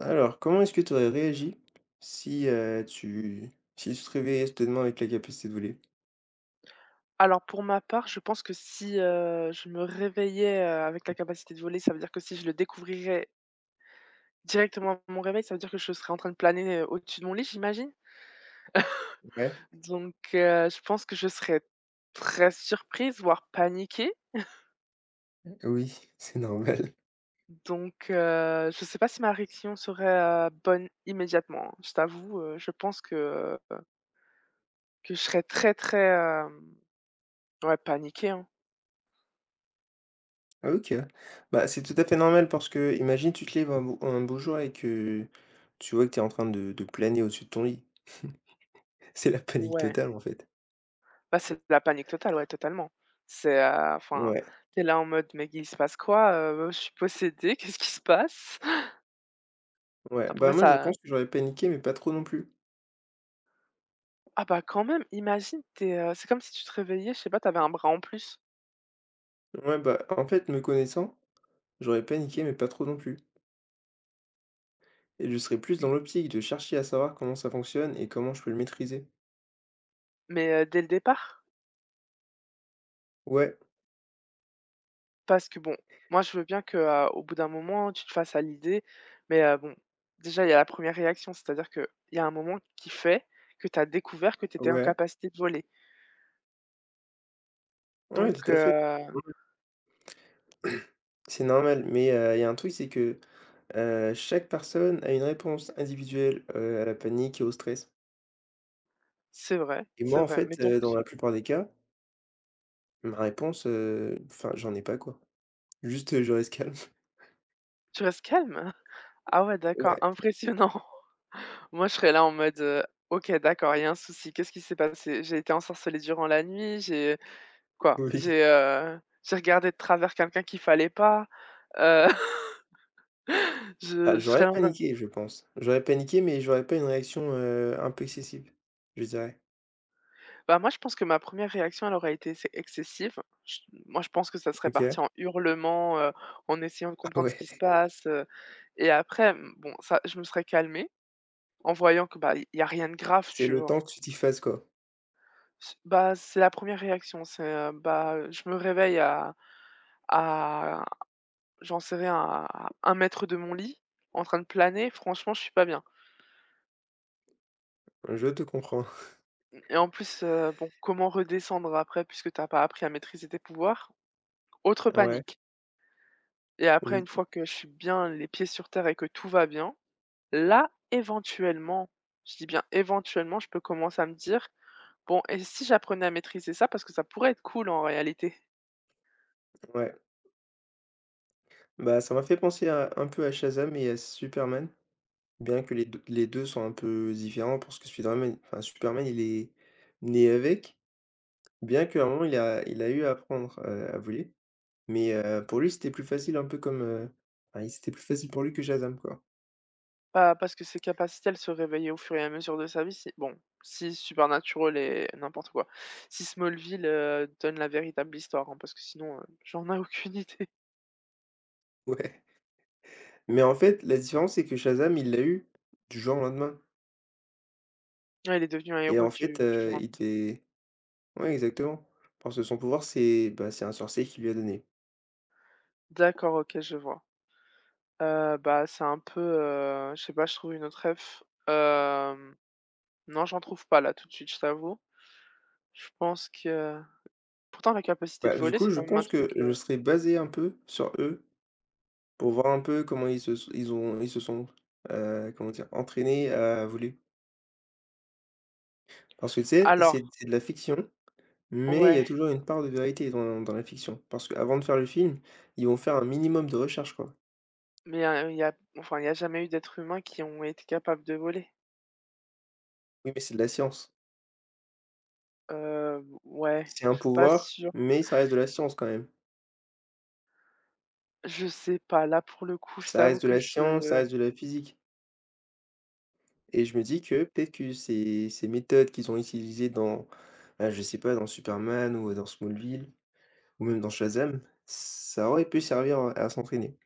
Alors, comment est-ce que tu aurais réagi si, heu, tu si tu te réveillais soudainement avec la capacité de voler? Alors pour ma part, je pense que si, je me réveillais, avec la capacité de voler, ça veut dire que si je le découvrirais directement à mon réveil, ça veut dire que je serais en train de planer, au-dessus de mon lit, j'imagine? Ouais, Donc je pense que je serais très surprise, voire paniquée. oui, c'est normal. Donc je sais pas si ma réaction serait, bonne immédiatement, hein. Je t'avoue, je pense que je serais très, très, ouais, paniquée, hein. OK. Bah, c'est tout à fait normal parce que imagine tu te lèves un beau jour et que tu vois que tu es en train de planer au-dessus de ton lit. C'est la panique Ouais. totale, en fait. Bah, c'est la panique totale, ouais, totalement. C'est, enfin, Ouais, t'es là en mode: «Mais il se passe quoi? Je suis possédée, qu'est-ce qui se passe?» ouais. Bah, Après moi, je ça, pense que j'aurais paniqué, mais pas trop non plus. ah bah, quand même, imagine, t'es es, c'est comme si tu te réveillais, je sais pas, t'avais un bras en plus, Ouais, bah, en fait, me connaissant, j'aurais paniqué, mais pas trop non plus et je serais plus dans m l'optique de chercher à savoir comment ça fonctionne et comment je peux le maîtriser. mais, dès le départ. Ouais, Parce que bon, moi je veux bien que, au bout d'un moment, tu te fasses à l'idée, mais, bon, déjà il y a la première réaction, c'est-à-dire qu'il y a un moment qui fait que t'as découvert que t'étais en ouais. capacité de voler. Ouais, Donc, tout à fait. Ouais. C'est normal, mais il y a un truc, c'est que, chaque personne a une réponse individuelle, à la panique et au stress. Et moi, c'est ouais, en vrai, mais fait, donc dans la plupart des cas, ma réponse, enfin, j'en ai pas, quoi. Juste, je reste calme. tu restes calme. Ah ouais, d'accord, Ouais, impressionnant. Moi, je serais là en mode, «OK, d'accord, il y a un souci. Qu'est-ce qui s'est passé? J'ai été ensorcelée durant la nuit, j'ai quoi? oui. J'ai regardé de travers quelqu'un qu'il fallait pas, heu, je Bah, je j'aurais serais en train» de- paniqué, je pense. J'aurais paniqué, mais j'aurais pas une réaction, un peu excessive, je dirais. bah, moi, je pense que ma première réaction, elle aurait été ex excessive. Je moi, je pense que ça serait OK. parti en hurlement en essayant de Ah comprendre ce ouais, qui se passe, et après, mmh, bon, ça je me serais calmée en voyant que, bah, il y a rien de grave, c'est tu le vois? temps que tu t'y fasses, quoi. C bah, c'est la première réaction, c'est, bah, je me réveille à j'en sais rien, à 1 mètre de mon lit, en train de planer, franchement, je suis pas bien. Je te comprends. Et en plus, bon, comment redescendre après puisque t'as pas appris à maîtriser tes pouvoirs? Autre Ouais, panique. Et après oui, une fois que je suis bien les pieds sur terre et que tout va bien, là, éventuellement, je dis bien éventuellement, je peux commencer à me dire: «Bon et si j'apprenais à maîtriser ça?» parce que ça pourrait être cool en réalité. ouais. Bah, ça m'a fait penser à un peu à Shazam et à Superman. Bien que les 2 sont un peu différents parce que Spider-Man, enfin Superman il est né avec, bien qu'à un moment il a eu à apprendre, à voler, mais pour lui c'était plus facile un peu comme, enfin il c'était plus facile pour lui que Shazam quoi. Bah, parce que ses capacités, elles se réveillaient au fur et à mesure de sa vie. Si bon, si Supernatural et n'importe quoi. Si Smallville, donne la véritable histoire, hein, parce que sinon, j'en ai aucune idée. Ouais, mais en fait la différence c'est que Shazam il l'a eu du jour au lendemain Ouais, il est devenu un et héros en du fait, du jour. il était ouais exactement, parce que son pouvoir c'est, bah, c'est un sorcier qui lui a donné. D'accord, OK, je vois. Bah, c'est un peu, je sais pas, je trouve une autre ref. Hem, non, j'en trouve pas là tout de suite, je t'avoue. Je pense que pourtant la capacité de Bah, du voler, coup, c'est je quand même un pense que truc, je serais basé un peu sur eux pour voir un peu comment ils se s ils ont ils se sont, comment dire? Entraînés à voler. Parce que tu sais, c'est alors, c'est de la fiction, mais il y a ouais, toujours une part de vérité dans la fiction. Parce qu'avant de faire le film, ils vont faire un minimum de recherche, quoi. mais, il y a enfin, il y a jamais eu d'êtres humains qui ont été capables de voler. Oui, mais c'est de la science. Ouais, C'est un je suis pas pouvoir, sûre. mais ça reste de la science quand même. Je sais pas, là, pour le coup, je Ça t'avoue reste de que la science, ça reste de la physique et je me dis que peut-être que ces méthodes qu'ils ont utilisées dans, bah, je sais pas, dans Superman ou dans Smallville ou même dans Shazam, ça aurait pu servir à s'entraîner.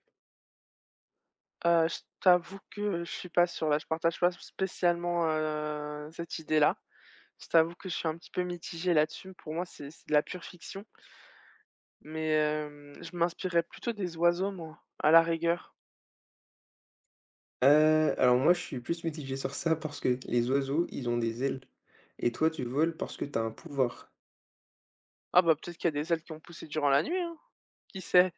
je t'avoue que je suis pas sûre, là. Je partage pas spécialement, cette idée-là. Je t'avoue que je suis un petit peu mitigée là-dessus. Pour moi, c'est de la pure fiction, mais je m'inspirais plutôt des oiseaux, moi, à la rigueur. Alors moi, je suis plus mitigé sur ça parce que les oiseaux, ils ont des ailes et toi, tu voles parce que t'as un pouvoir. Ah, bah, peut-être qu'il y a des ailes qui ont poussé durant la nuit, hein? Qui sait?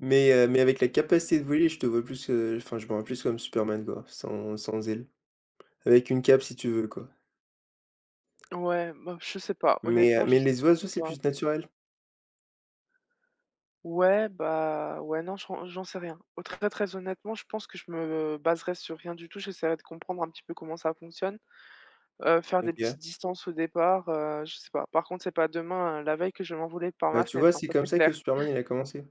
Mais avec la capacité de voler, je te vois plus, enfin, je me vois plus comme Superman, quoi, sans ailes. Avec une cape si tu veux, quoi. Ouais, bah, je sais pas. Mais heu, Honnêtement, je mais sais les oiseaux, c'est pas, plus mais naturel. ouais, bah, ouais, non, j'en sais rien. Au très, très honnêtement, je pense que je me baserai sur rien du tout. J'essaierai de comprendre un petit peu comment ça fonctionne, faire des OK. petites distances au départ, je sais pas. Par contre, c'est pas demain, la veille que je vais m'envoler par Bah, ma tu vois, fenêtre, hein, c'est ça comme c'est ça que clair. Superman, il a commencé.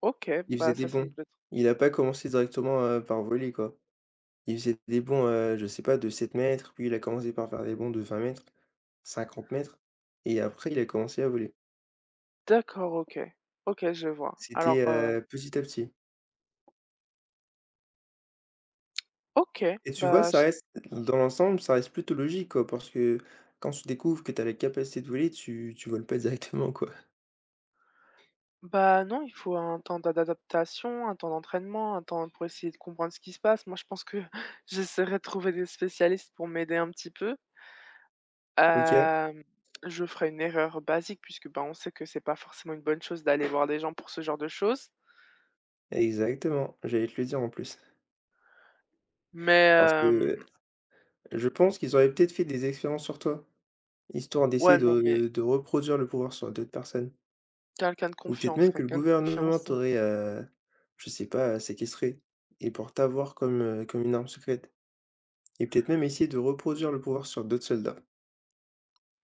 OK, Il faisait bah, des ça semble bonds. être Il a pas commencé directement, par voler, quoi. Il faisait des bonds, je sais pas, de 7 mètres, puis il a commencé par faire des bonds de 20 mètres, 50 mètres et après il a commencé à voler. d'accord, OK. OK, je vois. C'était, Alors, petit à petit OK, et tu vois, bah, ça j reste dans l'ensemble, ça reste plutôt logique, quoi, parce que quand tu découvres que tu as la capacité de voler, tu voles pas directement, quoi. bah, non, il faut un temps d'adaptation, un temps d'entraînement, un temps pour essayer de comprendre ce qui se passe. Moi, je pense que j'essaierai de trouver des spécialistes pour m'aider un petit peu. OK? Hem, je ferais une erreur basique puisque, bah, on sait que c'est pas forcément une bonne chose d'aller voir des gens pour ce genre de choses. Exactement, j'allais te le dire en plus. Mais, Parce que je pense qu'ils auraient peut-être fait des expériences sur toi, histoire d'essayer ouais, non, mais de reproduire le pouvoir sur d'autres personnes. quelqu'un de Ou peut-être confiance, même que le quelqu'un de gouvernement confiance. t'aurait, je sais pas, séquestré et pour t'avoir comme, comme une arme secrète et peut-être même essayer de reproduire le pouvoir sur d'autres soldats.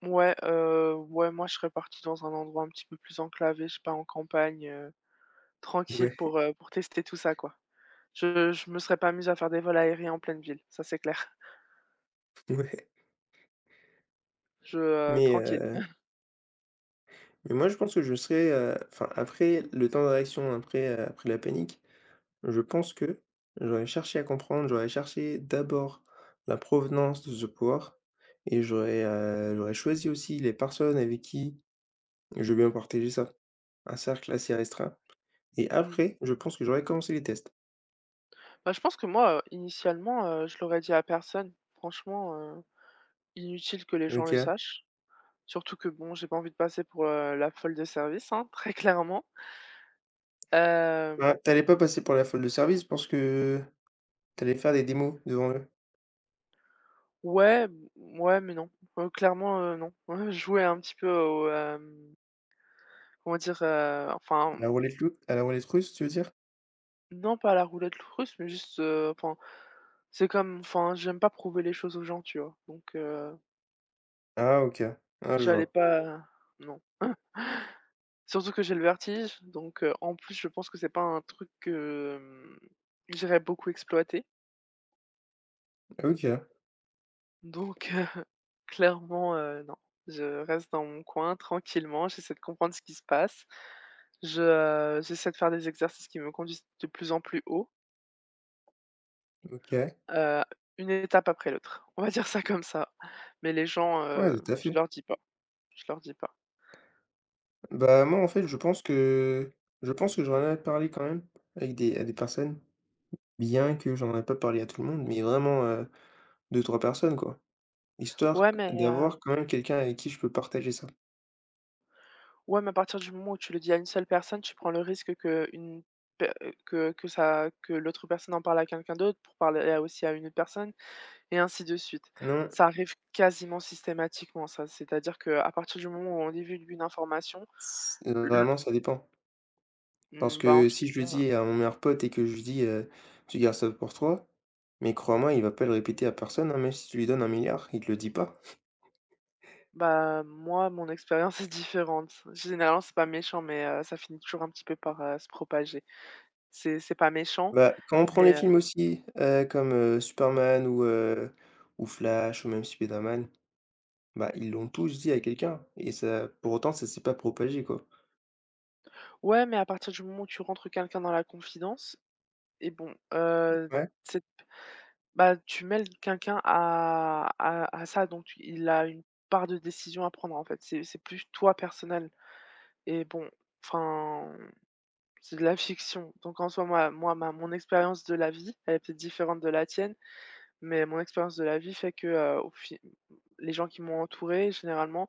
Ouais, ouais, moi, je serais partie dans un endroit un petit peu plus enclavé, je sais pas, en campagne, tranquille Ouais, pour tester tout ça, quoi. Je me serais pas mise à faire des vols aériens en pleine ville, ça, c'est clair. ouais. Mais, tranquille. heu, mais moi je pense que je serais, enfin après le temps de réaction, après la panique, je pense que j'aurais cherché à comprendre, j'aurais cherché d'abord la provenance de ce pouvoir et j'aurais, j'aurais choisi aussi les personnes avec qui je vais bien partager ça. Un cercle assez restreint. Et Mmh. après, je pense que j'aurais commencé les tests. Bah, je pense que moi, initialement, je l'aurais dit à personne. Franchement, inutile que les gens le OK. sachent. Surtout que bon, j'ai pas envie de passer pour, la folle de service, hein, très clairement. Hem, Ouais, tu allais pas passer pour la folle de service parce que tu allais faire des démos devant eux? ouais, b ouais, mais non. Clairement, non. Jouer un petit peu au, comment dire? Enfin, À la roulette russe, tu veux dire? non, pas à la roulette russe, mais juste, enfin, c'est comme enfin, j'aime pas prouver les choses aux gens, tu vois? Donc, Ah OK. Ah, je j'allais vois. pas non. Surtout que j'ai le vertige, donc, en plus, je pense que c'est pas un truc que, j'irais beaucoup exploiter. OK, Donc clairement, non. Je reste dans mon coin tranquillement, j'essaie de comprendre ce qui se passe. J'essaie de faire des exercices qui me conduisent de plus en plus haut, OK. heu, une étape après l'autre. On va dire ça comme ça. Mais les gens, Ouais, tout à je fait. leur dis pas, je leur dis pas. Bah, moi, en fait, je pense que j'en ai parlé quand même avec des à des personnes, bien que j'en ai pas parlé à tout le monde, mais vraiment, 2-3 personnes, quoi. Histoire Ouais, q mais d'avoir quand même quelqu'un avec qui je peux partager ça. ouais, mais à partir du moment où tu le dis à une seule personne, tu prends le risque que une pe que ça que l'autre personne en parle à quelqu'un d'autre pour parler à aussi à une autre personne et ainsi de suite. Non, Ça arrive quasiment systématiquement ça, c'est-à-dire que à partir du moment où on divulgue une information, c le vraiment, ça dépend. Parce mmh, bah, en que tout si je le cas, dis à mon meilleur pote et que je lui dis, «Tu gardes ça pour toi», mais crois-moi, il va pas le répéter à personne, hein, même si tu lui donnes 1 milliard, il te le dit pas. bah, moi mon expérience est différente. Généralement, c'est pas méchant mais ça finit toujours un petit peu par, se propager. C'est pas méchant, Bah, quand on prend les mais films aussi, comme, Superman ou Flash ou même Spiderman, bah, ils l'ont tous dit à quelqu'un et ça pour autant, ça s'est pas propagé, quoi. ouais, mais à partir du moment où tu rentres quelqu'un dans la confidence, et bon, Ouais, c'est bah, tu mêles quelqu'un à ça, donc il a une part de décision à prendre, en fait. C'est plus toi personnel et bon, enfin, c'est de la fiction. Donc en soi, moi, ma mon expérience de la vie, elle est peut-être différente de la tienne, mais mon expérience de la vie fait que, au fi les gens qui m'ont entouré généralement,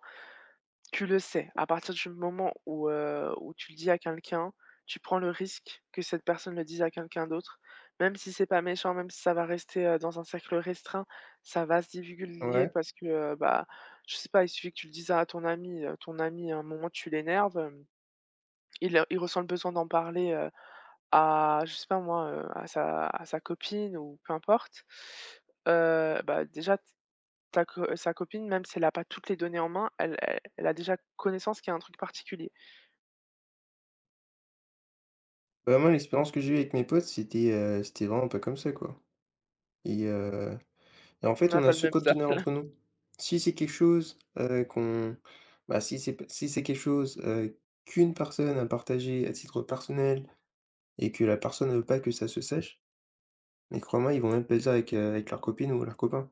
tu le sais, à partir du moment où, où tu le dis à quelqu'un, tu prends le risque que cette personne le dise à quelqu'un d'autre, même si c'est pas méchant, même si ça va rester, dans un cercle restreint, ça va se divulguer ouais. parce que, bah, je sais pas, il suffit que tu le dises à ton ami à un moment tu l'énerves, il ressent le besoin d'en parler, à je sais pas moi, à sa copine ou peu importe. Bah, déjà ta co sa copine, même si elle a pas toutes les données en main, elle a déjà connaissance qu'il y a un truc particulier. Vraiment Mmh. l'expérience que j'ai eue avec mes potes, c'était, c'était vraiment pas comme ça, quoi et heu et en On fait, n'a on a pas le ce même code d'honneur cercle. entre nous. Si c'est quelque chose, qu'on bah, si c'est p si c'est quelque chose, qu'une personne a partagé à titre personnel et que la personne ne veut pas que ça se sache, mais crois-moi, ils vont même pas le dire avec, avec leur copine ou leur copain.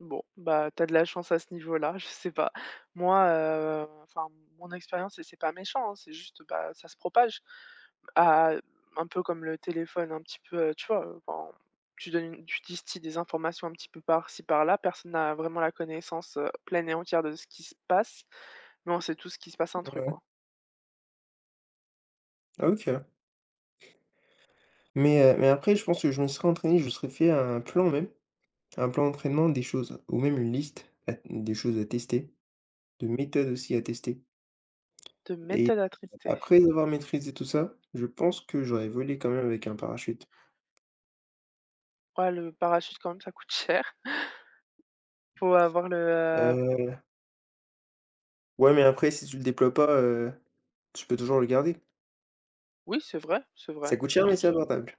Bon, bah, t'as de la chance à ce niveau-là, je sais pas. Moi, enfin, mon expérience et c'est pas méchant, hein, c'est juste, bah, ça se propage. À un peu comme le téléphone, un petit peu, tu vois, quand tu donnes une tu distilles des informations un petit peu par-ci, par-là, personne n'a vraiment la connaissance, pleine et entière de ce qui se passe, mais on sait tous qu'il se passe un truc, Ouais. quoi. Ah, OK. Mais après je pense que je me serais entraîné, je me serais fait un plan même, un plan d'entraînement des choses ou même une liste à des choses à tester, de méthodes aussi à tester De et méthode à tester. après avoir maîtrisé tout ça, je pense que j'aurais volé quand même avec un parachute. Ouais, le parachute, quand même, ça coûte cher. Faut avoir le, heu Heu, ouais, mais après si tu le déploies pas, tu peux toujours le garder. oui, c'est Ça vrai coûte et cher mais de c'est tout abordable.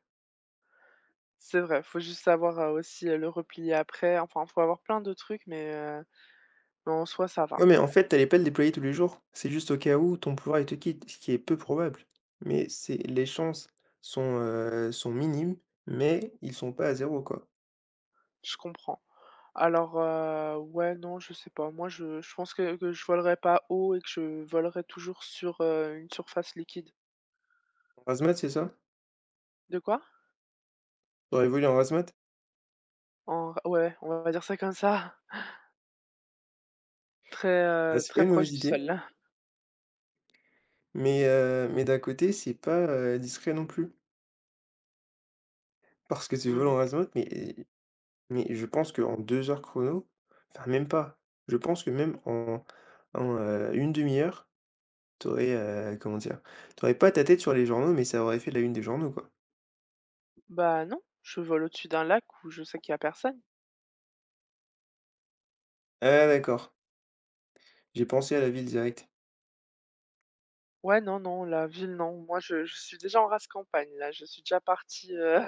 c'est vrai, faut juste savoir, aussi le replier après, enfin, faut avoir plein de trucs mais en soi, ça Ouais, va, mais en fait tu allais pas le déployer tous les jours. C'est juste au cas où ton pouvoir il te quitte, ce qui est peu probable. Mais c'est les chances sont, sont minimes, mais ils sont pas à zéro, quoi. je comprends. Alors, ouais, non, je sais pas. Moi, je pense que je volerai pas haut et que je volerai toujours sur, une surface liquide. En hazmat, c'est ça? De quoi? J'aurais voulu en hazmat? En ouais, on va dire ça comme ça, très, Bah, c'est pas très une mauvaise proche du idée, sol. mais d'un côté, c'est pas, discret non plus. Parce que tu voles Mmh, en hazmat, mais je pense qu'en 2 heures chrono, enfin même pas, je pense que même 1/2 heure, tu aurais, comment dire? Tu aurais pas ta tête sur les journaux, mais ça aurait fait la une des journaux, quoi. bah, non, je vole au-dessus d'un lac où je sais qu'il y a personne. Ah d'accord, j'ai pensé à la ville direct. Ouais, non, non, la ville, non. Moi, je suis déjà en race campagne, là. Je suis déjà partie, heu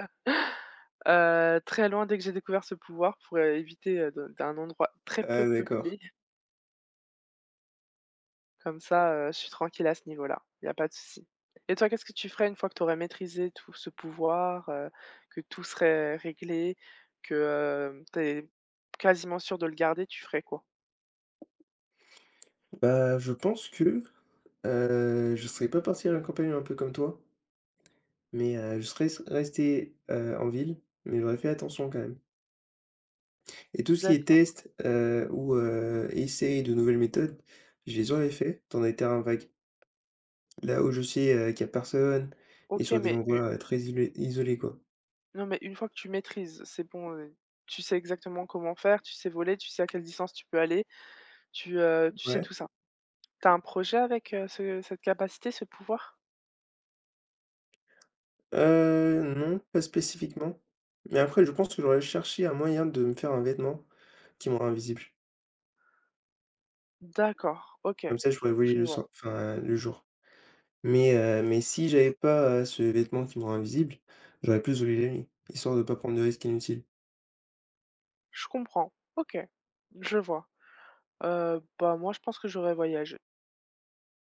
heu, très loin dès que j'ai découvert ce pouvoir pour, éviter, de d'un endroit très Ah peu d'accord. peuplé. Comme ça, je suis tranquille à ce niveau-là. Il y a pas de souci. Et toi, qu'est-ce que tu ferais une fois que tu aurais maîtrisé tout ce pouvoir, que tout serait réglé, que, tu es quasiment sûr de le garder, tu ferais quoi? Mmh. Bah, je pense que, je serais pas parti à la campagne un peu comme toi. Mais je serais s resté, en ville, mais j'aurais fait attention quand même. Et tout ce qui est D'accord. test, essai de nouvelles méthodes, je les aurais fait dans des terrains vagues. Là où je sais, qu'il n'y a personne et OK, sur des mais u endroits, très isolés quoi. Non, mais une fois que tu maîtrises, c'est bon, tu sais exactement comment faire, tu sais voler, tu sais à quelle distance tu peux aller, tu, tu sais Ouais. tout ça. T'as un projet avec, ce cette capacité, ce pouvoir? Non, pas spécifiquement. Mais après je pense que j'aurais cherché un moyen de me faire un vêtement qui me rend invisible. D'accord, OK, Comme ça je pourrais voler je le vois. soir enfin, le jour. Mais si j'avais pas, ce vêtement qui me rend invisible, j'aurais plus oublié la nuit, histoire de pas prendre de risques inutiles. Je comprends. OK, je vois. Bah, moi, je pense que j'aurais voyagé.